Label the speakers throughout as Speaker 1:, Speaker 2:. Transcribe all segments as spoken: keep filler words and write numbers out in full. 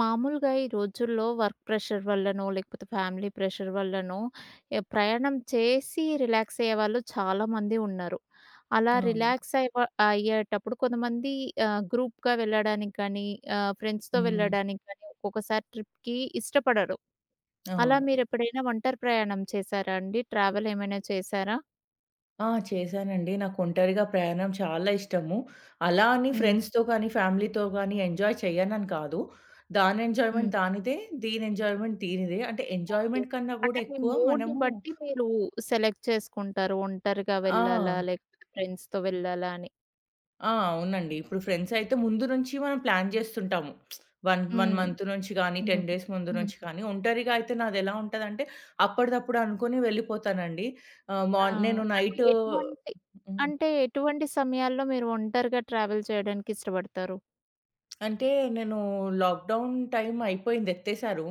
Speaker 1: మామూలుగా ఈ రోజుల్లో వర్క్ ప్రెషర్ వల్లనో, లేకపోతే ఫ్యామిలీ ప్రెషర్ వల్లనో ఎ ప్రయాణం చేసి రిలాక్స్ అయ్యేవాళ్ళు చాలామంది ఉన్నారు. అలా
Speaker 2: అవును.
Speaker 1: రిలాక్స్ అయ్యవ అయ్యేటప్పుడు కొంతమంది ఆహ్, గ్రూప్‌గా వెళ్ళడానికి కానీ, ఆహ్, ఫ్రెండ్స్‌తో
Speaker 2: హ్మ్.
Speaker 1: వెళ్ళడానికి కానీ ఒక్కొక్కసారి ట్రిప్‌కి ఇష్టపడరు. అలా
Speaker 2: అవును.
Speaker 1: మీరెప్పుడైనా ఒంటరి ప్రయాణం చేశారా అండి? ట్రావెల్ ఏమైనా చేశారా?
Speaker 2: ఆ! చేశానండి. నాకు ఒంటరిగా ప్రయాణం చాలా ఇష్టము. అలా అని
Speaker 1: హ్మ్.
Speaker 2: ఫ్రెండ్స్‌తో గానీ, ఫ్యామిలీతో గానీ ఎంజాయ్ చెయ్యనని కాదు. దాని
Speaker 1: హ్మ్.
Speaker 2: ఎంజాయ్‌మెంట్ దానిదే, దీని ఎంజాయ్‌మెంట్ దీనిదే. అంటే
Speaker 1: ఓకే.
Speaker 2: ఎంజాయ్‌మెంట్ కన్నా గూడా
Speaker 1: అంటే మీ
Speaker 2: ఎక్కువ
Speaker 1: మూడ్‌ని
Speaker 2: మనము
Speaker 1: బట్టి మీరు సెలెక్ట్ చేసుకుంటారు. ఒంటరిగా వెళ్ళాలా?
Speaker 2: ఆ!
Speaker 1: లేకపోతే ఫ్రెండ్స్‌తో వెళ్ళాలా అని?
Speaker 2: ఆ! అవునండి. ఇప్పుడు ఫ్రెండ్స్ అయితే ముందు నుంచి మనం ప్లాన్ జేస్తుంటాము. 1, 1
Speaker 1: హ్మ్.
Speaker 2: మంత్ నుంచి గానీ,
Speaker 1: హ్మ్.
Speaker 2: పది డేస్ ముందు
Speaker 1: హ్మ్.
Speaker 2: నుంచి కానీ. ఒంటరిగా అయితే నాదెలా ఉంటదంటే అప్పటిదప్పుడు అనుకోని వెళ్ళిపోతానండి. ఆహ్,
Speaker 1: ఆ!
Speaker 2: మార్న్ నేను
Speaker 1: అంటే
Speaker 2: నైట్
Speaker 1: ఎటువంటి
Speaker 2: హ్మ్.
Speaker 1: అంటే ఎటువంటి సమయాల్లో మీరు ఒంటరిగా ట్రావెల్ చేయడానికి ఇష్టపడతారు?
Speaker 2: అంటే నేను లాక్‌డౌన్ టైమ్ అయిపోయింది. ఎత్తేసారు.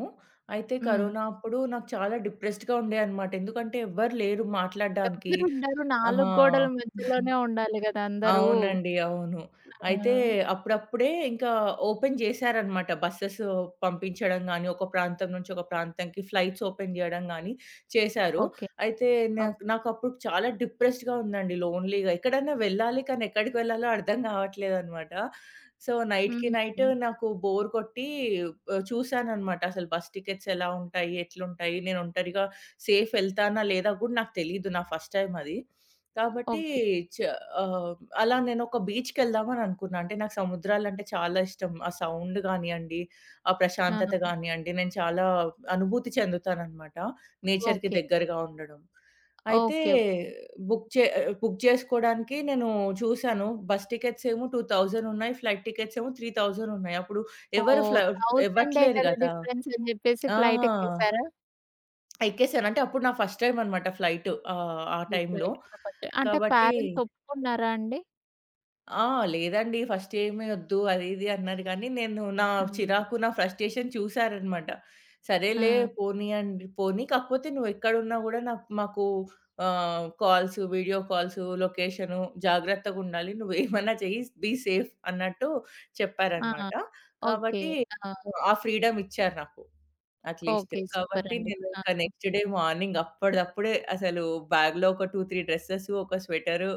Speaker 2: అయితే
Speaker 1: హ్మ్.
Speaker 2: కరోనా అప్పుడు నాకు చాలా డిప్రెస్డ్‌గా ఉండే అన్నమాట. ఎందుకంటే ఎవ్వరు లేరు మాట్లాడడానికి.
Speaker 1: ఎవ్వరుండరు. నాలుగు
Speaker 2: ఆహ్!
Speaker 1: గోడల మధ్యలోనే ఉండాలి గదా! అందరూ.
Speaker 2: అవునండి. అవును. అయితే
Speaker 1: ఆ!
Speaker 2: అప్పుడప్పుడే ఇంకా ఓపెన్ చేశారనమాట. బసెస్ పంపించడం గాని, ఒక ప్రాంతం నుంచి ఒక ప్రాంతంకి ఫ్లైట్స్ ఓపెన్ జేయడం గాని చేశారు.
Speaker 1: ఓకే.
Speaker 2: అయితే
Speaker 1: ఓకే.
Speaker 2: నాకు నాకప్పుడు చాలా డిప్రెస్డ్‌గా ఉందండి. లోన్‌లీగా ఎక్కడైనా వెళ్ళాలి కానీ ఎక్కడికి వెళ్ళాలో అర్థం కావట్లేదనమాట. సో, నైట్‌కి
Speaker 1: హ్మ్.
Speaker 2: నైట్ నాకు బోర్ కొట్టి ఆహ్, చూసాననమాట. అసలు బస్ టికెట్స్ ఎలా ఉంటాయి? ఎట్లుంటాయి? నేను ఒంటరిగా సేఫ్ ఎళ్తానా లేదా కూడా నాకు తెలీదు. నా ఫస్ట్ టైమ్ అది. కాబట్టి
Speaker 1: ఓకే.
Speaker 2: చ ఆహ్, అలా నేనొక బీచ్‌కెళ్దామని అనుకున్నా. అంటే నాకు సముద్రాలంటే చాలా ఇష్టం. ఆ సౌండ్ గానియండి, ఆ ప్రశాంతత
Speaker 1: ఆ!
Speaker 2: గానియండి, నేను చాలా అనుభూతి చెందుతాననమాట. నేచర్‌కి
Speaker 1: ఓకే.
Speaker 2: దగ్గరగా ఉండడం. అయితే
Speaker 1: ఓకే. ఓకే.
Speaker 2: బుక్ చే బుక్ చేసుకోవడానికి నేను చూసాను. బస్ టికెట్స్ ఏమో రెండు వేలు ఉన్నాయి. ఫ్లైట్ టికెట్స్ ఏమో మూడు వేలు ఉన్నాయి. అప్పుడు ఎవరు ఫ్ల
Speaker 1: ఓహ్! వెయ్యి
Speaker 2: ఇవ్వట్లేరు
Speaker 1: కదా
Speaker 2: గదా!
Speaker 1: డిఫరెన్స్ అని జెప్పేసి
Speaker 2: ఆ!
Speaker 1: ఫ్లైట్ ఎక్కేసారా?
Speaker 2: ఎక్కేసాను. అంటే అప్పుడు నా ఫస్ట్ టైమ్ అనమాట ఫ్లైట్ ఆహ్, ఆ
Speaker 1: ఓహ్!
Speaker 2: టైంలో.
Speaker 1: ఫ్లైట్ కూడా కొంచెం, అంటే
Speaker 2: కాబట్టి
Speaker 1: పేరెంట్స్ ఒప్పుకున్నారా అండి?
Speaker 2: ఆ! లేదండి. ఫస్ట్ ఏమీ ఒద్దు అది ఇది అన్నారు గానీ, నేను నా
Speaker 1: హ్మ్.
Speaker 2: చిరాకు, నా ఫ్రస్ట్రేషన్ చూసారనమాట. సరేలే
Speaker 1: ఆ!
Speaker 2: పోనీయండి పోనీ కాకపోతే నువ్వెక్కడున్నా గూడా నాకు మాకు ఆహ్, కాల్సు, వీడియో కాల్సు, లొకేషను జాగ్రత్తగుండాలి. నువ్వేమన్నా చెయ్యి బీ సేఫ్ అన్నట్టు
Speaker 1: ఆ!
Speaker 2: చెప్పారనమాట.
Speaker 1: ఓకే.
Speaker 2: కాబట్టి
Speaker 1: ఆ!
Speaker 2: ఆ ఫ్రీడమ్ ఇచ్చారు నాకు. అట్‌లీస్ట్.
Speaker 1: ఓకే. సూపర్
Speaker 2: కాబట్టి
Speaker 1: అండి.
Speaker 2: నేను
Speaker 1: ఆ!
Speaker 2: ఇక నెక్స్ట్ డే మార్నింగ్ అప్పటిదప్పుడే అసలు బ్యాగ్‌లో ఒక రెండు, మూడు డ్రెసెస్, ఒక స్వెటరు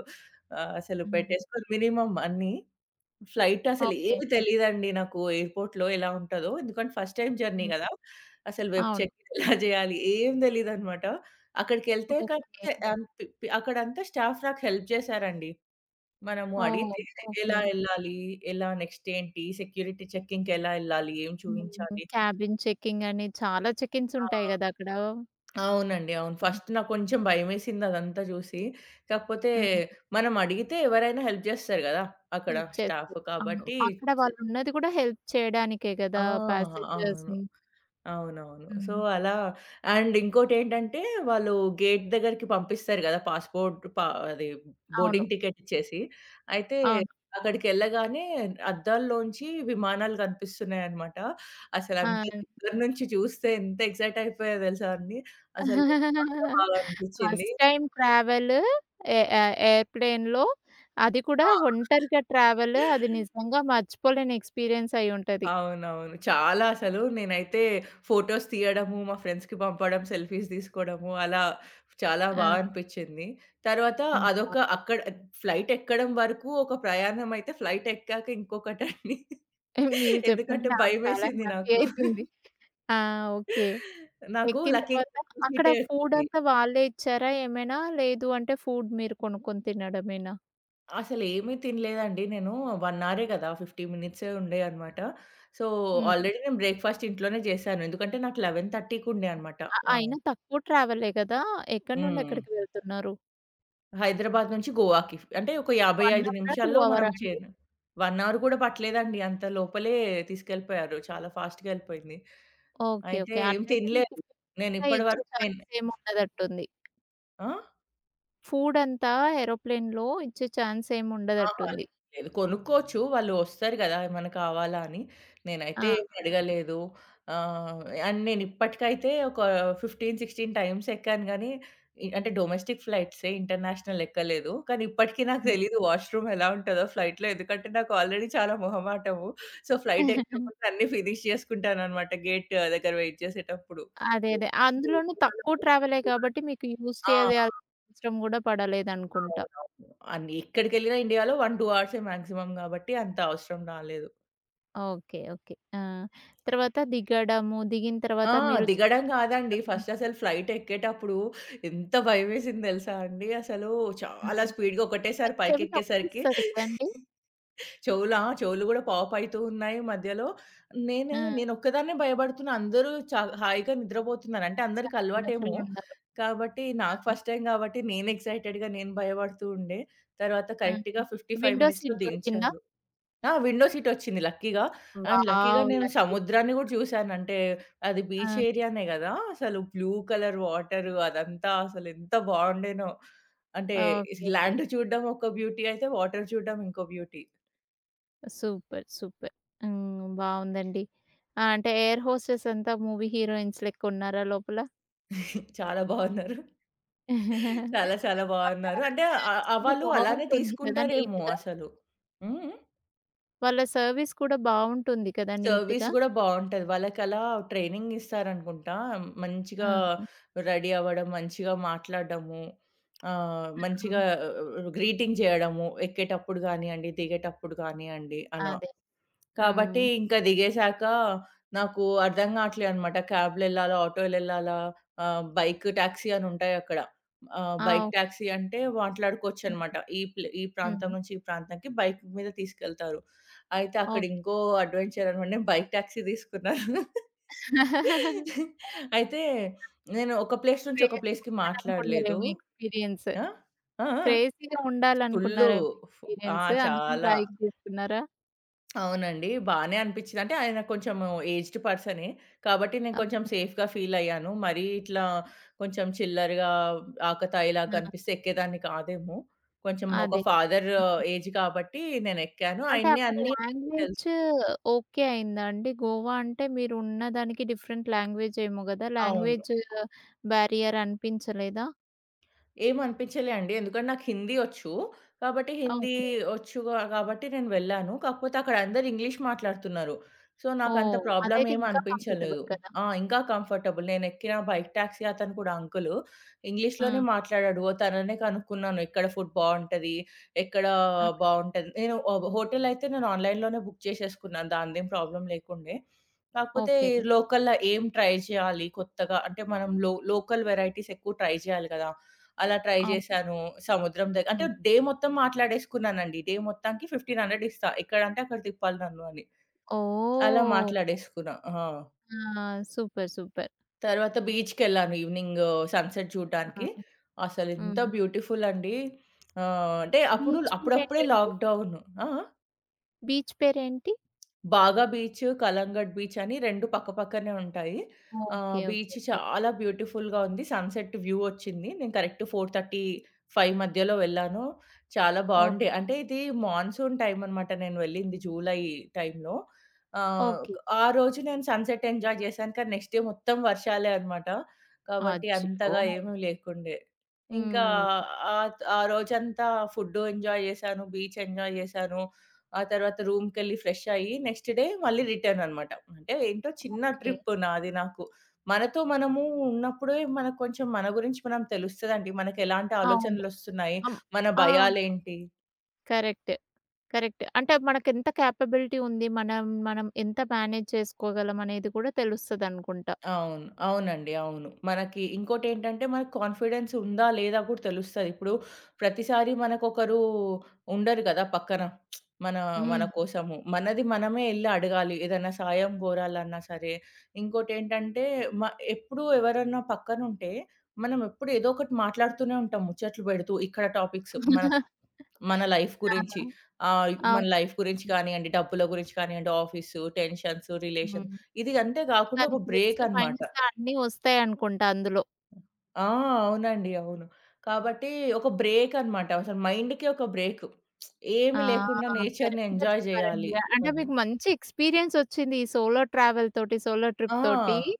Speaker 2: ఆహ్, అసలు
Speaker 1: హ్మ్.
Speaker 2: పెట్టేసుకొని మినిమమ్ అన్నీ. ఫ్లైట్ అసలు
Speaker 1: ఓకే.
Speaker 2: ఏమి తెలీదండి నాకు ఎయిర్‌పోర్ట్‌లో ఎలా ఉంటదో. ఎందుకంటే ఫస్ట్ టైమ్ జర్నీ
Speaker 1: హ్మ్.
Speaker 2: గదా! అసలు వెబ్
Speaker 1: అవును.
Speaker 2: చెకింగ్ ఎలా జేయాలి ఏం తెలీదనమాట. అక్కడికెళ్తే
Speaker 1: ఓకే.
Speaker 2: కాకపోతే ఆహ్, పి పి అక్కడంతా స్టాఫ్ నాకు హెల్ప్ జేశారండి. మనము
Speaker 1: ఓహ్!
Speaker 2: అడిగితే ఎలా
Speaker 1: ఓకే.
Speaker 2: ఎళ్ళాలి? ఎలా నెక్స్ట్ ఏంటి? సెక్యూరిటీ చెకింగ్‌కి ఎలా ఎళ్ళాలి? ఏం
Speaker 1: హ్మ్.
Speaker 2: చూయించాలి?
Speaker 1: క్యాబిన్ చెకింగ్ అని చాలా చెకింగ్స్
Speaker 2: ఆ!
Speaker 1: ఉంటాయి గదా! అక్కడ.
Speaker 2: అవునండి. అవును.
Speaker 1: హ్మ్.
Speaker 2: ఫస్ట్ నాకు కొంచెం భయమేసింది అదంతా చూసి. కాకపోతే
Speaker 1: హ్మ్.
Speaker 2: మనం అడిగితే ఎవరైనా హెల్ప్ జేస్తారు గదా! అక్కడ
Speaker 1: హెల్ప్
Speaker 2: స్టాఫ్
Speaker 1: చేస్తారు. అవును.
Speaker 2: కాబట్టి
Speaker 1: అక్కడ వాళ్ళున్నది గూడా హెల్ప్ చేయడానికే
Speaker 2: ఆ!
Speaker 1: గదా!
Speaker 2: అవును.
Speaker 1: ప్యాసెంజర్స్‌ని.
Speaker 2: అవునవును. సో,
Speaker 1: హ్మ్.
Speaker 2: అలా అండ్ ఇంకోటేంటంటే, వాళ్ళు గేట్ దగ్గరికి పంపిస్తారు గదా! పాస్‌పోర్ట్ పా అది
Speaker 1: అవును.
Speaker 2: బోర్డింగ్ టికెట్ ఇచ్చేసి. అయితే
Speaker 1: అవును.
Speaker 2: అక్కడికెళ్ళగానే అద్దాల్లోంచి విమానాలు కనిపిస్తున్నాయన్నమాట. అసలంత
Speaker 1: ఆ!
Speaker 2: దగ్గర నుంచి చూస్తే ఎంత ఎక్సైట్ అయిపోయా తెలుసా అండి. అసలు చాలా బాగా అనిపిచ్చింది.
Speaker 1: ఫస్ట్ టైమ్ ట్రావెల్ ఎ ఎ ఎయిర్‌ప్లేన్‌లో, అది కూడా
Speaker 2: ఆ!
Speaker 1: ఒంటరిగా ట్రావెల్, అది నిజంగా మర్చిపోలేని ఎక్స్‌పీరియన్స్ అయ్యుంటది.
Speaker 2: అవునవును. చాలా అసలు నేనైతే ఫోటోస్ తీయడము, మా ఫ్రెండ్స్‌కి పంపడం, సెల్ఫీస్ తీసుకోవడము అలా చాలా
Speaker 1: ఆ!
Speaker 2: బా అనిపిచ్చింది. తర్వాత అదొక అక్కడ ఫ్లైట్ ఎక్కడం వరకు ఒక ప్రయాణం అయితే ఫ్లైట్ ఎక్కాక ఇంకొకటండి.
Speaker 1: మీరు చెప్తుంటే
Speaker 2: ఎందుకంటే
Speaker 1: నాకు చాలా
Speaker 2: భయమేసింది
Speaker 1: హ్యాపీ
Speaker 2: నాకు.
Speaker 1: అయితుంది. ఆ! ఓకే.
Speaker 2: నాకు
Speaker 1: ఎక్కిన
Speaker 2: లక్కీగా
Speaker 1: తర్వాత
Speaker 2: విండో
Speaker 1: అక్కడ
Speaker 2: సీటే వచ్చింది.
Speaker 1: ఫూడంతా వాళ్ళే ఇచ్చారా ఏమైనా? లేదు అంటే ఫుడ్ మీరు కొనుక్కొని తినడమేనా?
Speaker 2: అసలేమీ తినలేదండి నేను ఒక అవరే కదా! యాభై మినిట్సే ఉండే అన్నమాట. సో,
Speaker 1: హ్మ్.
Speaker 2: ఆల్రెడీ నేను బ్రేక్‌ఫాస్ట్ ఇంట్లోనే చేశాను. ఎందుకంటే నాకు 11:30కి ఉండే అన్నమాట.
Speaker 1: అ
Speaker 2: ఆ!
Speaker 1: అయినా తక్కువ ట్రావెలే గదా! ఎక్కడి నుండి
Speaker 2: హ్మ్.
Speaker 1: ఎక్కడికి వెళ్తున్నారు?
Speaker 2: హైదరాబాద్ నుంచి గోవాకి. అంటే ఒక
Speaker 1: ఒక
Speaker 2: యాభై ఐదు
Speaker 1: అవరా? రెండు
Speaker 2: నిమిషాల్లో మనం
Speaker 1: అవరా అండి?
Speaker 2: చేరు ఒక అవర్ కూడా పట్టలేదండి. అంత లోపలే తీసుకెళ్ళిపోయారు. చాలా ఫాస్ట్‌గా ఎళ్ళిపోయింది.
Speaker 1: ఓకే.
Speaker 2: అయితే
Speaker 1: ఓకే.
Speaker 2: ఏం
Speaker 1: అట్లయితే మీకు
Speaker 2: తినలేదు.
Speaker 1: ఫుడంతా
Speaker 2: నేనిప్పటి
Speaker 1: ఇచ్చే
Speaker 2: వరకు
Speaker 1: ఛాన్స్
Speaker 2: నేను
Speaker 1: ఏముండదట్టుంది.
Speaker 2: ఆ!
Speaker 1: ఫుడంతా ఏరోప్లేన్‌లో ఇచ్చే ఛాన్స్
Speaker 2: ఆహా! లేదు,
Speaker 1: ఏముండదట్టుంది.
Speaker 2: లేదు. కొనుక్కోవచ్చు. వాళ్ళు వస్తారు గదా! ఏమన్నా కావాలా అని. నేనైతే
Speaker 1: ఆ!
Speaker 2: ఏమి అడగలేదు. ఆహ్, అండ్ నేను ఇప్పటికైతే ఒక పదిహేను, పదహారు టైమ్స్ ఎక్కాను గానీ, ఇ అంటే డొమెస్టిక్ ఫ్లైట్సే ఇంటర్నేషనల్ ఎక్కలేదు. కానీ ఇప్పటికి నాకు తెలీదు వాష్‌రూమ్ ఎలా ఉంటదో ఫ్లైట్‌లో. ఎందుకంటే నాకు ఆల్రెడీ చాలా మొహమాటము. సో, ఫ్లైట్ ఎక్కే
Speaker 1: హ్మ్.
Speaker 2: ముందు అన్నీ ఫినిష్ చేసుకుంటాననమాట గేట్ దగ్గర వెయిట్ చేసేటప్పుడు.
Speaker 1: అదే. అదే. అందులోనూ తక్కువ ట్రావెలే కాబట్టి మీకు యూజ్
Speaker 2: ఆ!
Speaker 1: చేయాల్సిన అవసరం గూడా పడలేదనుకుంటా.
Speaker 2: అవునవును. అన్ని ఎక్కడికెళ్ళినా ఇండియాలో ఒకటి, రెండు అవర్సే మాక్సిమం గాబట్టి అంత అవసరం రాలేదు.
Speaker 1: ఓకే. ఓకే. ఆ! తర్వాత దిగడము, దిగిన
Speaker 2: ఆ!
Speaker 1: తర్వాత మీరు
Speaker 2: దిగడం
Speaker 1: చెకౌట్
Speaker 2: గాదండి.
Speaker 1: చేయడము.
Speaker 2: ఫస్ట్ అసలు ఫ్లైట్ ఎక్కేటప్పుడు ఎంత భయమేసింది దెలుసా అండి. అసలు
Speaker 1: ఆ!
Speaker 2: చాలా స్పీడ్‌గా ఒకటేసారి
Speaker 1: అది చెవి
Speaker 2: పైకెక్కేసరికి
Speaker 1: నొప్పొస్తది కదండీ!
Speaker 2: చెవులా చెవులు గూడా పాపయితూ ఉన్నాయి మధ్యలో. నేను
Speaker 1: ఆ!
Speaker 2: నేనొక్కదాన్నే భయపడుతున్నా. అందరూ చ హాయిగా నిద్రపోతున్నారు. అంటే అందరికి
Speaker 1: చాలా
Speaker 2: అలవాటేమో.
Speaker 1: కేర్‌ఫుల్‌గుండాలి.
Speaker 2: కాబట్టి నాకు
Speaker 1: ఆ!
Speaker 2: ఫస్ట్ టైమ్ గాబట్టి నేను ఎక్సైటెడ్‌గా నేను భయపడుతూ ఉండే. తర్వాత
Speaker 1: ఆ!
Speaker 2: కరెక్ట్‌గా యాభై ఐదు
Speaker 1: విండో
Speaker 2: మినిట్స్‌లో
Speaker 1: సీట్ దొరికిందా?
Speaker 2: దించారు. ఆ! విండో సీటొచ్చింది లక్కీగా. అండ్ లక్కీగా
Speaker 1: వావ్!
Speaker 2: నేను
Speaker 1: లక్కీ.
Speaker 2: సముద్రాన్ని గూడా చూసాను. అంటే అది బీచ్
Speaker 1: ఆ!
Speaker 2: ఏరియానే గదా! అసలు బ్లూ కలర్ వాటరు అదంతా అసలెంత బావుండేనో. అంటే
Speaker 1: ఓకే.
Speaker 2: ల్యాండ్ చూడడం ఒక బ్యూటీ అయితే, వాటర్ చూడడం ఇంకో బ్యూటీ.
Speaker 1: సూపర్. సూపర్. హ్మ్. బావుందండి. ఆ! అంటే ఎయిర్ హోస్టెస్ అంతా మూవీ హీరోయిన్స్ లెక్కున్నారా లోపల?
Speaker 2: చాలా బావున్నారు. చాలా చాలా
Speaker 1: వాళ్ళ
Speaker 2: బావున్నారు. అంటే ఆహ్,
Speaker 1: సర్విస్
Speaker 2: ఆహ్,
Speaker 1: కూడా
Speaker 2: వాళ్ళు అలానే
Speaker 1: బావుంటుంది కదా!
Speaker 2: తీసుకుంటారేమో
Speaker 1: నీట్‌గా.
Speaker 2: అసలు. హ్మ్. హ్మ్.
Speaker 1: వాళ్ళ సర్విస్ కూడా బావుంటుంది కదా!
Speaker 2: సర్వీస్
Speaker 1: నీట్‌గా.
Speaker 2: గూడా బావుంటది. వాళ్ళకలా ట్రైనింగ్ ఇస్తారనుకుంటా.
Speaker 1: ఆ!
Speaker 2: మంచిగా
Speaker 1: హ్మ్.
Speaker 2: రెడీ అవ్వడం, మంచిగా మాట్లాడడము, ఆహ్, మంచిగా
Speaker 1: అవును.
Speaker 2: గ్రీటింగ్ జేయడము ఎక్కేటప్పుడు గానియండి, దిగేటప్పుడు గానియండి అలా.
Speaker 1: అదే.
Speaker 2: కాబట్టి
Speaker 1: హ్మ్.
Speaker 2: ఇంకా దిగేశాక నాకు అర్థం కావట్లే అనమాట. క్యాబ్‌లో ఎళ్ళాలా? ఆటో‌లో ఎళ్ళాలా? ఆహ్, బైక్ టాక్సీ అని ఉంటాయి అక్కడ. ఆహ్, బైక్
Speaker 1: ఆ!
Speaker 2: టాక్సీ అంటే మాట్లాడుకోవచ్చనమాట.
Speaker 1: ఓకే.
Speaker 2: ఈ ప్లే ఈ ప్రాంతం
Speaker 1: హ్మ్.
Speaker 2: నుంచి ఈ ప్రాంతానికి బైక్ మీద తీసుకెళ్తారు. అయితే అక్కడ
Speaker 1: ఓకే.
Speaker 2: ఇంకో అడ్వెంచర్ అనమాట. నేను బైక్ టాక్సీ తీసుకున్నాను. అయితే నేను ఒక ప్లేస్ నుంచి ఒక
Speaker 1: క్రేజీ‌గా
Speaker 2: ప్లేస్‌కి మాట్లాడలేదు.
Speaker 1: ఉండాలనుకున్నారేమో ఎక్స్‌పీరియన్స్.
Speaker 2: ఆ? ఆ? ఆ?
Speaker 1: క్రేజీ‌గా
Speaker 2: ఫుల్లు.
Speaker 1: ఉండాలనుకున్నారేమో
Speaker 2: ఫ్ ఆ!
Speaker 1: ఎక్స్‌పీరియన్స్. అందుకని
Speaker 2: చాలా.
Speaker 1: బైక్ తీసుకున్నారా?
Speaker 2: అవునండి. బానే అనిపిచ్చింది. అంటే ఆయన కొంచెము ఏజ్డ్ పర్సనే. కాబట్టి నేను కొంచెం
Speaker 1: అవునా?
Speaker 2: సేఫ్‌గా ఫీల్ అయ్యాను. మరీ ఇట్లా కొంచెం చిల్లరగా, ఆకతాయిలా కనిపిస్తే ఎక్కేదాన్ని కాదేమో. కొంచెం ఒక
Speaker 1: అదే. అదే.
Speaker 2: ఫాదర్
Speaker 1: హ్మ్.
Speaker 2: ఏజ్ కాబట్టి నేనెక్కాను.
Speaker 1: అంటే
Speaker 2: ఆయన్ని
Speaker 1: అక్కడ
Speaker 2: అన్నీ తెలుసు.
Speaker 1: లాంగ్వేజ్ ఓకే అయిందా అండి? గోవా అంటే మీరున్న దానికి డిఫరెంట్ లాంగ్వేజ్ ఏమో గదా!
Speaker 2: అవును.
Speaker 1: లాంగ్వేజ్ బ్యారియర్ అనిపించలేదా?
Speaker 2: ఏమనిపించలే అండి. ఎందుకంటే నాకు హిందీ ఒచ్చు. కాబట్టి హిందీ
Speaker 1: ఓకే.
Speaker 2: ఒచ్చు గా కాబట్టి నేను వెళ్ళాను. కాకపోతే అక్కడ అందరూ ఇంగ్లీష్ మాట్లాడుతున్నారు. సో, నాకంత
Speaker 1: ఓహ్!
Speaker 2: ప్రాబ్లమ్
Speaker 1: అదైతే
Speaker 2: ఏమి
Speaker 1: ఇంకా
Speaker 2: అనిపించలేదు.
Speaker 1: కంఫర్టబుల్ కదా!
Speaker 2: ఆ! ఇంకా కంఫర్టబుల్. నేనెక్కిన బైక్ టాక్సీ అతను కూడా అంకులు ఇంగ్లీష్‌లోనే
Speaker 1: హ్మ్.
Speaker 2: మాట్లాడాడు. ఓ తననే కనుక్కున్నాను. ఎక్కడ ఫుడ్ బావుంటది? ఎక్కడ
Speaker 1: ఆ!
Speaker 2: బావుంటది? నేను ఆహ్, హోటల్ అయితే నేను ఆన్‌లైన్‌లోనే బుక్ చేసేసుకున్నాను. దానిదేం ప్రాబ్లమ్ లేకుండే. కాకపోతే
Speaker 1: ఓకే.
Speaker 2: లోకల్‌లో ఏం ట్రై చేయాలి కొత్తగా? అంటే మనం లో లోకల్ వెరైటీస్ ఎక్కువ ట్రై చేయాలి కదా! అలా ట్రై
Speaker 1: అవును.
Speaker 2: జేశాను. సముద్రం దగ్గ అంటే
Speaker 1: హ్మ్.
Speaker 2: డే మొత్తం మాట్లాడేసుకున్నానండి. డే మొత్తానికి వెయ్యి ఐదు వందలు ఇస్తా. ఎక్కడంటే అక్కడ తిప్పాలి నన్ను అని. అలా
Speaker 1: ఓహ్!
Speaker 2: మాట్లాడేసుకున్నా. ఆ!
Speaker 1: ఆ! సూపర్. సూపర్.
Speaker 2: తర్వాత బీచ్‌కెళ్ళాను ఈవినింగ్ సన్‌సెట్
Speaker 1: ఆ!
Speaker 2: చూడడానికి. అసలెంత
Speaker 1: హ్మ్.
Speaker 2: బ్యూటిఫుల్ అండి. ఆహ్, అంటే అప్పుడు
Speaker 1: బీచ్
Speaker 2: అప్పుడప్పుడే
Speaker 1: పేరేంటండి?
Speaker 2: లాక్‌డౌన్. ఆ! ఆ!
Speaker 1: బీచ్ పేరేంటి?
Speaker 2: బాగా బీచ్, కలంగట్ బీచ్ అని రెండు పక్కపక్కనే ఉంటాయి. ఆహ్,
Speaker 1: ఓకే. ఓకే.
Speaker 2: Beach
Speaker 1: okay.
Speaker 2: చాలా బ్యూటిఫుల్‌గా ఉంది. సన్‌సెట్ వ్యూ వచ్చింది. నేను కరెక్ట్ నాలుగున్నర, ఐదు మధ్యలో వెళ్ళాను. చాలా
Speaker 1: ఓ
Speaker 2: బావుండే అంటే ఇది మాన్సూన్ టైమ్ అనమాట నేను వెళ్ళింది జూలై టైమ్‌లో. ఆహ్,
Speaker 1: ఓకే.
Speaker 2: ఆ రోజు నేను సన్‌సెట్ ఎంజాయ్ చేశాను. కానీ నెక్స్ట్ డే మొత్తం వర్షాలే అనమాట. కాబట్టి
Speaker 1: అచ్చో!
Speaker 2: అంతగా ఏమీ లేకుండే. ఇంకా
Speaker 1: హ్మ్.
Speaker 2: ఆహ్, ఆ రోజంతా ఫుడ్డు ఎంజాయ్ చేశాను. బీచ్ ఎంజాయ్ చేశాను. ఆ తర్వాత రూమ్‌కెళ్ళి ఫ్రెష్ అయ్యి నెక్స్ట్ డే మళ్ళీ రిటర్న్ అనమాట. అంటే ఏంటో చిన్న
Speaker 1: ఓకే.
Speaker 2: ట్రిప్ నాది నాకు. మనతో మనము ఉన్నప్పుడే మనకు కొంచెం మన గురించి మనం తెలుస్తదండి. మనకెలాంటి
Speaker 1: అవును.
Speaker 2: ఆలోచనలొస్తున్నాయి,
Speaker 1: అమ్
Speaker 2: మన
Speaker 1: ఆ!
Speaker 2: భయాలేంటి?
Speaker 1: కరెక్ట్. కరెక్ట్. అంటే మనకెంత కేపబిలిటీ ఉంది. మనం మనం ఎంత మేనేజ్ చేసుకోగలం అనేది కూడా తెలుస్తదనుకుంటా.
Speaker 2: అవును. అవునండి. అవును. మనకి ఇంకోటేంటంటే మనకు కాన్ఫిడెన్స్ ఉందా? లేదా? కూడా తెలుస్తది. ఇప్పుడు ప్రతిసారి మనకొకరు ఉండరు కదా! పక్కన. మన మన
Speaker 1: హ్మ్.
Speaker 2: కోసము. మనది మనమే ఎళ్లి అడగాలి. ఏదైనా సాయం గోరాలన్నా సరే. ఇంకోటేంటంటే మ ఎప్పుడు ఎవరన్నా పక్కనుంటే మనం ఎప్పుడు ఏదో ఒకటి మాట్లాడుతూనే ఉంటాం. ముచ్చట్లు పెడుతూ ఇక్కడ టాపిక్స్ మన మన లైఫ్
Speaker 1: ఆ!
Speaker 2: గురించి. ఆహ్,
Speaker 1: ఆ!
Speaker 2: మన లైఫ్ గురించి కానియండి, డబ్బుల గురించి కానియండి, ఆఫీసు, టెన్షన్స్, రిలేషన్
Speaker 1: హ్మ్.
Speaker 2: ఇది అంతే కాకుండా
Speaker 1: అది
Speaker 2: ఒక
Speaker 1: ప్లస్,
Speaker 2: బ్రేక్ అనమాట.
Speaker 1: మైనస్ అన్నీ ఒస్తాయనుకుంటా అందులో.
Speaker 2: ఆ! అవునండి. అవును. కాబట్టి ఒక బ్రేక్ అన్నమాట. అసలు మైండ్‌కి ఒక బ్రేకు.
Speaker 1: ఆ!
Speaker 2: ఏమి లేకుండా నేచర్‌ని
Speaker 1: కరెక్ట్‌గా
Speaker 2: ఎంజాయ్
Speaker 1: చెప్పారండి.
Speaker 2: జేయాలి
Speaker 1: అంటే
Speaker 2: అని.
Speaker 1: మీకు మంచి ఎక్స్‌పీరియన్స్ ఒచ్చింది ఈ సోలో ట్రావెల్ తోటి, సోలో ట్రిప్ తోటి.
Speaker 2: ఆ!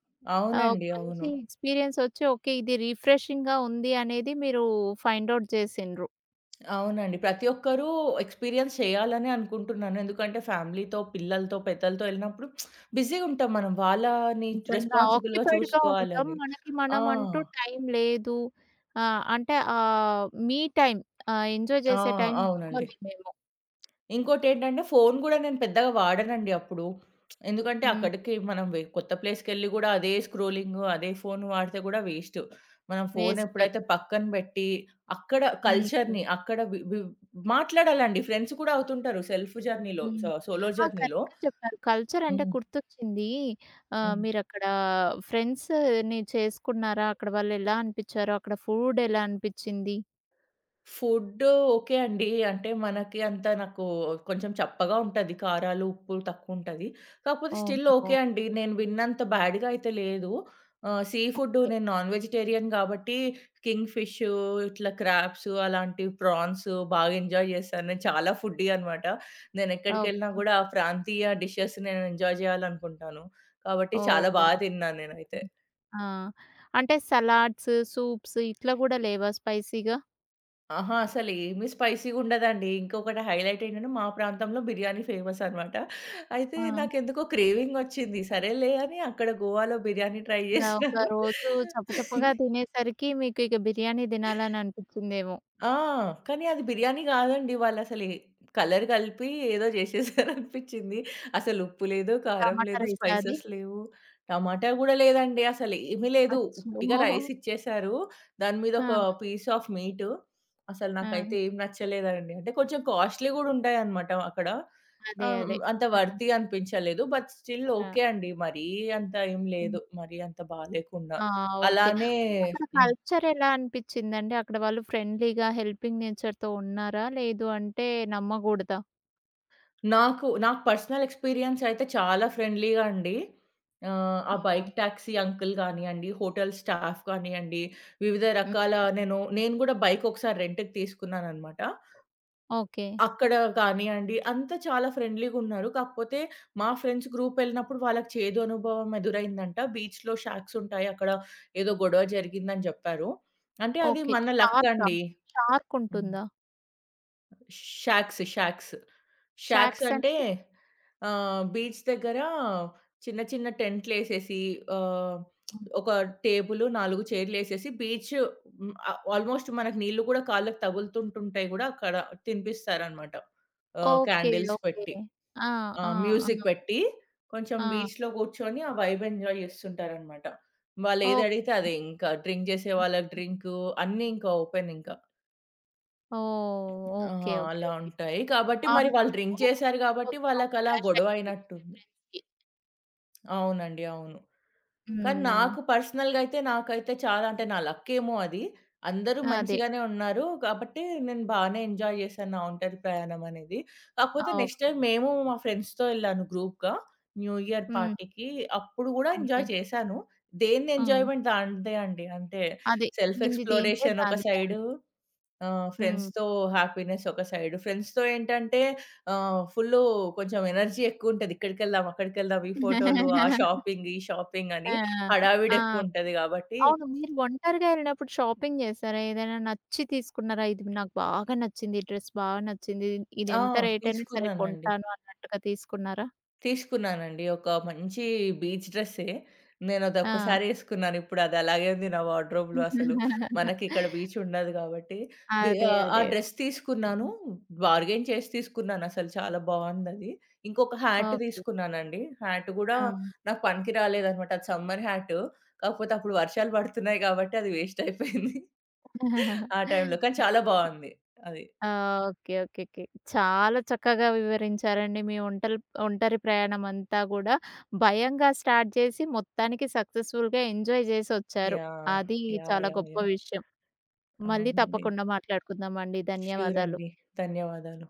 Speaker 1: ఆహ్, ఒక
Speaker 2: అవునండి.
Speaker 1: మంచి
Speaker 2: అవును.
Speaker 1: ఎక్స్‌పీరియన్స్ ఒచ్చి, ఓకే, ఇది రిఫ్రెషింగ్‌గా ఉంది అనేది మీరు ఫైండ్ ఔట్ చేసిండ్రు.
Speaker 2: అవునండి. ప్రతి ఒక్కరూ ఎక్స్‌పీరియన్స్ చేయాలనే అనుకుంటున్నాను. ఎందుకంటే ఫ్యామిలీతో, పిల్లలతో, పెద్దలతో ఎళ్ళినప్పుడు బిజీగుంటాం మనం. వాళ్ళని
Speaker 1: నిజంగా.
Speaker 2: రెస్పాన్సిబుల్‌గా
Speaker 1: ఆక్యుపైడ్‌గా ఉంటాం.
Speaker 2: చూసుకోవాలని.
Speaker 1: మనకి
Speaker 2: ఆ!
Speaker 1: మనం అంటూ టైం లేదు. ఆహ్, అంటే ఆహ్, మీ టైమ్, ఆహ్, ఎంజాయ్
Speaker 2: ఆ!
Speaker 1: చేసే టైం
Speaker 2: అవునండి.
Speaker 1: ఇచ్చుకోలేము మేము.
Speaker 2: ఇంకోటేంటంటే ఫోను గూడా నేను పెద్దగా వాడనండి అప్పుడు. ఎందుకంటే
Speaker 1: హ్మ్.
Speaker 2: అక్కడికి మనం వె కొత్త ప్లేస్‌కెళ్ళి గూడా అదే స్క్రోలింగు, అదే ఫోను వాడితే గూడా వేస్టు. మనం
Speaker 1: వేస్ట్ కదా!
Speaker 2: ఫోనెప్పుడైతే పక్కన బెట్టి, అక్కడ
Speaker 1: హ్మ్.
Speaker 2: కల్చర్‌ని అక్కడ వి వి మాట్లాడాలండి. ఫ్రెండ్స్ కూడా అవుతుంటారు సెల్ఫ్ జర్నీలో,
Speaker 1: హ్మ్.
Speaker 2: సో సోలో
Speaker 1: ఆ!
Speaker 2: జర్నీలో.
Speaker 1: కరెక్ట్‌గా చెప్పారు. కల్చర్ అంటే
Speaker 2: హ్మ్.
Speaker 1: గుర్తొచ్చింది. ఆహ్,
Speaker 2: హ్మ్.
Speaker 1: మీరక్కడ ఫ్రెండ్స్‌ని చేసుకున్నారా? అక్కడ వాళ్ళు ఎలా అనిపిచ్చారు? అక్కడ ఫుడ్ ఎలా అనిపిచ్చింది?
Speaker 2: ఫుడ్ ఓకే అండి. అంటే మనకి అంత నాకు కొంచెం చప్పగా ఉంటది. కారాలు, ఉప్పు తక్కువుంటది. కాకపోతే స్టిల్
Speaker 1: ఓహోహో!
Speaker 2: ఓకే అండి. నేను విన్నంత బ్యాడ్‌గా అయితే లేదు. ఆహ్, సీ ఫుడ్
Speaker 1: ఓకే.
Speaker 2: నేను నాన్ వెజిటేరియన్ కాబట్టి కింగ్ ఫిష్, ఇట్లా క్రాబ్స్ అలాంటివి ప్రాన్స్ బాగా ఎంజాయ్ చేశాను. నేను చాలా ఫుడ్డీ అనమాట. నేను ఎక్కడికెళ్ళినా
Speaker 1: ఓకే.
Speaker 2: గూడా ఆ ప్రాంతీయ డిషెస్ నేను ఎంజాయ్ చేయాలనుకుంటాను. కాబట్టి
Speaker 1: ఓహ్!
Speaker 2: చాలా బా తిన్నాను నేనైతే.
Speaker 1: బావుంటుంది. ఆ! అంటే సలాడ్స్, సూప్స్ ఇట్లా గూడా లేవా స్పైసీ‌గా?
Speaker 2: ఆహా! అసలేమి స్పైసీగుండదండి. ఇంకొకటి హైలైట్ ఏంటంటే, మా ప్రాంతంలో బిర్యానీ ఫేమస్ అనమాట. అయితే
Speaker 1: ఆ!
Speaker 2: నాకెందుకో క్రేవింగొచ్చింది. సరేలే అని అక్కడ గోవాలో బిర్యానీ ట్రై
Speaker 1: ఆ! ఒక
Speaker 2: జేసినాను.
Speaker 1: రోజు చప్పచప్పగా తినేసరికి మీకు ఇక బిర్యానీ తినాలని అనిపించిందేమో.
Speaker 2: ఆ! కానీ అది బిర్యానీ గాదండి. వాళ్ళసలే కలర్ కలిపి ఏదో జేసేసారనిపిచ్చింది. అసలు ఉప్పు లేదు, కారం
Speaker 1: టమాటా
Speaker 2: లేదు,
Speaker 1: రైసా అది?
Speaker 2: స్పైసెస్ లేవు, టమాటా గూడా లేదండి. అసలేమీ లేదు.
Speaker 1: అచ్చో!
Speaker 2: ఉట్టిగా రైస్ ఇచ్చేసారు. దాని మీద ఒక
Speaker 1: ఆ!
Speaker 2: Piece of meat. అసలు
Speaker 1: ఆ!
Speaker 2: నాకైతే ఏం నచ్చలేదండి. అంటే కొంచెం కాస్ట్‌లీ గూడా ఉంటాయన్నమాట అక్కడ.
Speaker 1: అదే.
Speaker 2: ఆహ్,
Speaker 1: అదే.
Speaker 2: హ్మ్. అంత
Speaker 1: ఆ!
Speaker 2: వర్తీ అనిపించలేదు. బట్ స్టిల్
Speaker 1: ఆ!
Speaker 2: ఓకే అండి. మరీ అంత ఏం లేదు.
Speaker 1: హ్మ్.
Speaker 2: మరీ అంత బాలేకుండా.
Speaker 1: ఆ! ఓకే.
Speaker 2: అలానే
Speaker 1: అంటే అక్కడ
Speaker 2: హ్మ్.
Speaker 1: కల్చర్ ఎలా అనిపించిందండి? అక్కడ వాళ్ళు ఫ్రెండ్లీగా హెల్పింగ్ నేచర్‌తో ఉన్నారా? లేదు అంటే నమ్మగూడదా?
Speaker 2: నాకు, నాకు పర్సనల్ ఎక్స్‌పీరియన్స్ అయితే చాలా ఫ్రెండ్లీగా అండి. ఆహ్, ఆ
Speaker 1: ఆ!
Speaker 2: బైక్ టాక్సీ అంకుల్ గానియండి, హోటల్ స్టాఫ్ గానియండి, వివిధ రకాల
Speaker 1: హ్మ్.
Speaker 2: నేను, నేను గూడా బైక్ ఒకసారి రెంట్‌కి తీసుకున్నాననమాట.
Speaker 1: ఓకే.
Speaker 2: అక్కడ కానియండి, అంతా చాలా ఫ్రెండ్లీగున్నారు. కాకపోతే మా ఫ్రెండ్స్ గ్రూప్ ఎళ్ళినప్పుడు వాళ్ళకి చేదు అనుభవం ఎదురైందంట. బీచ్‌లో షార్క్స్ ఉంటాయి. అక్కడ ఏదో గొడవ జరిగిందని జెప్పారు. అంటే అది
Speaker 1: ఓకే.
Speaker 2: మన లక్
Speaker 1: షార్కా?
Speaker 2: అండి.
Speaker 1: షార్క్
Speaker 2: హ్మ్.
Speaker 1: ఉంటుందా?
Speaker 2: Shocks, shocks. షాక్స్
Speaker 1: షార్క్స్ అంటే?
Speaker 2: అంటే ఆహ్, బీచ్ దగ్గర చిన్న చిన్న టెంట్‌లేసేసి ఆహ్, ఒక టేబుల్, నాలుగు చైర్‌లేసేసి బీచ్ హ్మ్, ఆహ్, ఆల్‌మోస్ట్ మనకు నీళ్ళు కూడా కాళ్ళకి తగులుతుంటుంటాయి గూడా అక్కడ తినిపిస్తారనమాట. ఆహ్,
Speaker 1: ఓకే.
Speaker 2: Candles
Speaker 1: okay.
Speaker 2: పెట్టి.
Speaker 1: ఆ!
Speaker 2: ఆ!
Speaker 1: ఆ! ఆ!
Speaker 2: మ్యూజిక్ పెట్టి కొంచెం
Speaker 1: ఆ!
Speaker 2: బీచ్‌లో కూర్చొని ఆ వైబ్ ఎంజాయ్ చేస్తుంటారనమాట.
Speaker 1: ఓకే.
Speaker 2: వాళ్ళేదడిగితే అదే ఇంకా డ్రింక్ చేసే
Speaker 1: ఆ!
Speaker 2: వాళ్ళకి డ్రింకు అన్నీ ఇంకా ఓపెన్ ఇంక.
Speaker 1: ఓహ్!
Speaker 2: ఆహా!
Speaker 1: ఓకే. ఓకే.
Speaker 2: అలా
Speaker 1: ఓకే.
Speaker 2: ఉంటాయి. కాబట్టి
Speaker 1: ఆ
Speaker 2: మరి వాళ్ళు
Speaker 1: విషయంలో
Speaker 2: డ్రింక్ చేశారు కాబట్టి
Speaker 1: కొంచెం
Speaker 2: వాళ్ళకలా
Speaker 1: క్లాష్
Speaker 2: గొడవ
Speaker 1: అయింది మీ
Speaker 2: అయినట్టుంది.
Speaker 1: ఫ్రెండ్స్‌కి.
Speaker 2: అవునండి. అవును. కానీ
Speaker 1: హ్మ్.
Speaker 2: నాకు పర్సనల్‌గా అయితే నాకైతే చాలా అంటే నా లక్కేమో అది. అందరూ
Speaker 1: అదే.
Speaker 2: మంచిగానే ఉన్నారు. కాబట్టి నేను బానే ఎంజాయ్ చేశాను నా ఒంటరి ప్రయాణం అనేది.
Speaker 1: ఆ!
Speaker 2: కాకపోతే నెక్స్ట్
Speaker 1: ఓకే.
Speaker 2: టైమ్ మేము మా ఫ్రెండ్స్‌తో ఎళ్ళాను గ్రూప్‌గా న్యూ ఇయర్
Speaker 1: హ్మ్.
Speaker 2: పార్టీకి. అప్పుడు గూడా
Speaker 1: ఓకే.
Speaker 2: ఎంజాయ్ చేశాను. దేన్ని
Speaker 1: హ్మ్.
Speaker 2: ఎంజాయ్‌మెంట్ దానిదే అండి. అంటే
Speaker 1: అదే.
Speaker 2: సెల్ఫ్
Speaker 1: దీనిది దీనిదే,
Speaker 2: ఎక్స్‌ప్లోరేషన్ ఒక
Speaker 1: దానిది
Speaker 2: సైడు
Speaker 1: దానిదే.
Speaker 2: ఆ!
Speaker 1: హ్మ్.
Speaker 2: ఫ్రెండ్స్‌తో హ్యాపీనెస్ ఒక సైడ్. ఫ్రెండ్స్‌తో ఏంటంటే ఆహ్, ఫుల్లు కొంచెం ఎనర్జీ ఎక్కువుంటది. ఇక్కడికెళ్దాం, అక్కడికెళ్దాం, ఈ ఫోటోలు, ఆ షాపింగ్, ఈ షాపింగ్ అని
Speaker 1: ఆ! ఆ!
Speaker 2: హడావిడెక్కువుంటది గాబట్టి
Speaker 1: అవును. మీరు ఒంటరిగా ఎళ్ళినప్పుడు షాపింగ్ చేసారా? ఏదైనా నచ్చి తీసుకున్నారా? ఇది నాకు బాగా నచ్చింది. ఈ డ్రెస్ బాగా నచ్చింది. ఇది
Speaker 2: ఆ!
Speaker 1: ఎంత రేట్ అయినా సరే
Speaker 2: తీసుకున్నానండి.
Speaker 1: కొంటాను అన్నట్టుగా తీసుకున్నారా?
Speaker 2: తీసుకున్నానండి. ఒక మంచి బీచ్ డ్రెస్సే.
Speaker 1: ఆ!
Speaker 2: నేనదొక్కసారే ఏసుకున్నాను. ఇప్పుడు అది అలాగే ఉంది నా వార్డ్‌రోబ్‌లో అసలు. మనకిక్కడ బీచ్ ఉండదు గాబట్టి. బి
Speaker 1: అదే.
Speaker 2: ఆహ్, ఆ
Speaker 1: అదే.
Speaker 2: డ్రెస్ తీసుకున్నాను. బార్గెయిన్ చేసి తీసుకున్నానసలు చాలా బావుందది. ఇంకొక హ్యాట్
Speaker 1: ఓకే.
Speaker 2: తీసుకున్నానండి. హ్యాట్ గూడా
Speaker 1: ఆ!
Speaker 2: నాకు పనికి రాలేదనమాట. అది సమ్మర్ హ్యాటు. కాకపోతే అప్పుడు వర్షాలు పడుతున్నాయి గాబట్టి అది వేస్ట్ అయిపోయింది. ఆ టైంలో. కానీ చాలా బావుంది. అది.
Speaker 1: ఆ! ఓకే. ఓకే. ఓకే. చాలా చక్కగా వివరించారండి. మీ ఒంటల్ ఒంటరి ప్రయాణం అంతా గూడా భయంగా స్టార్ట్ చేసి మొత్తానికి సక్సెస్‌ఫుల్‌గా ఎంజాయ్ చేసొచ్చారు.
Speaker 2: యాహ్!
Speaker 1: అది
Speaker 2: యాహ్!
Speaker 1: చాలా
Speaker 2: యాహ్!
Speaker 1: గొప్ప
Speaker 2: యాహ్!
Speaker 1: విషయం. మళ్ళీ
Speaker 2: అవునండి.
Speaker 1: తప్పకుండా మాట్లాడుకుందామండి.
Speaker 2: ష్యూర్
Speaker 1: ధన్యవాదాలు.
Speaker 2: అండి. ధన్యవాదాలు.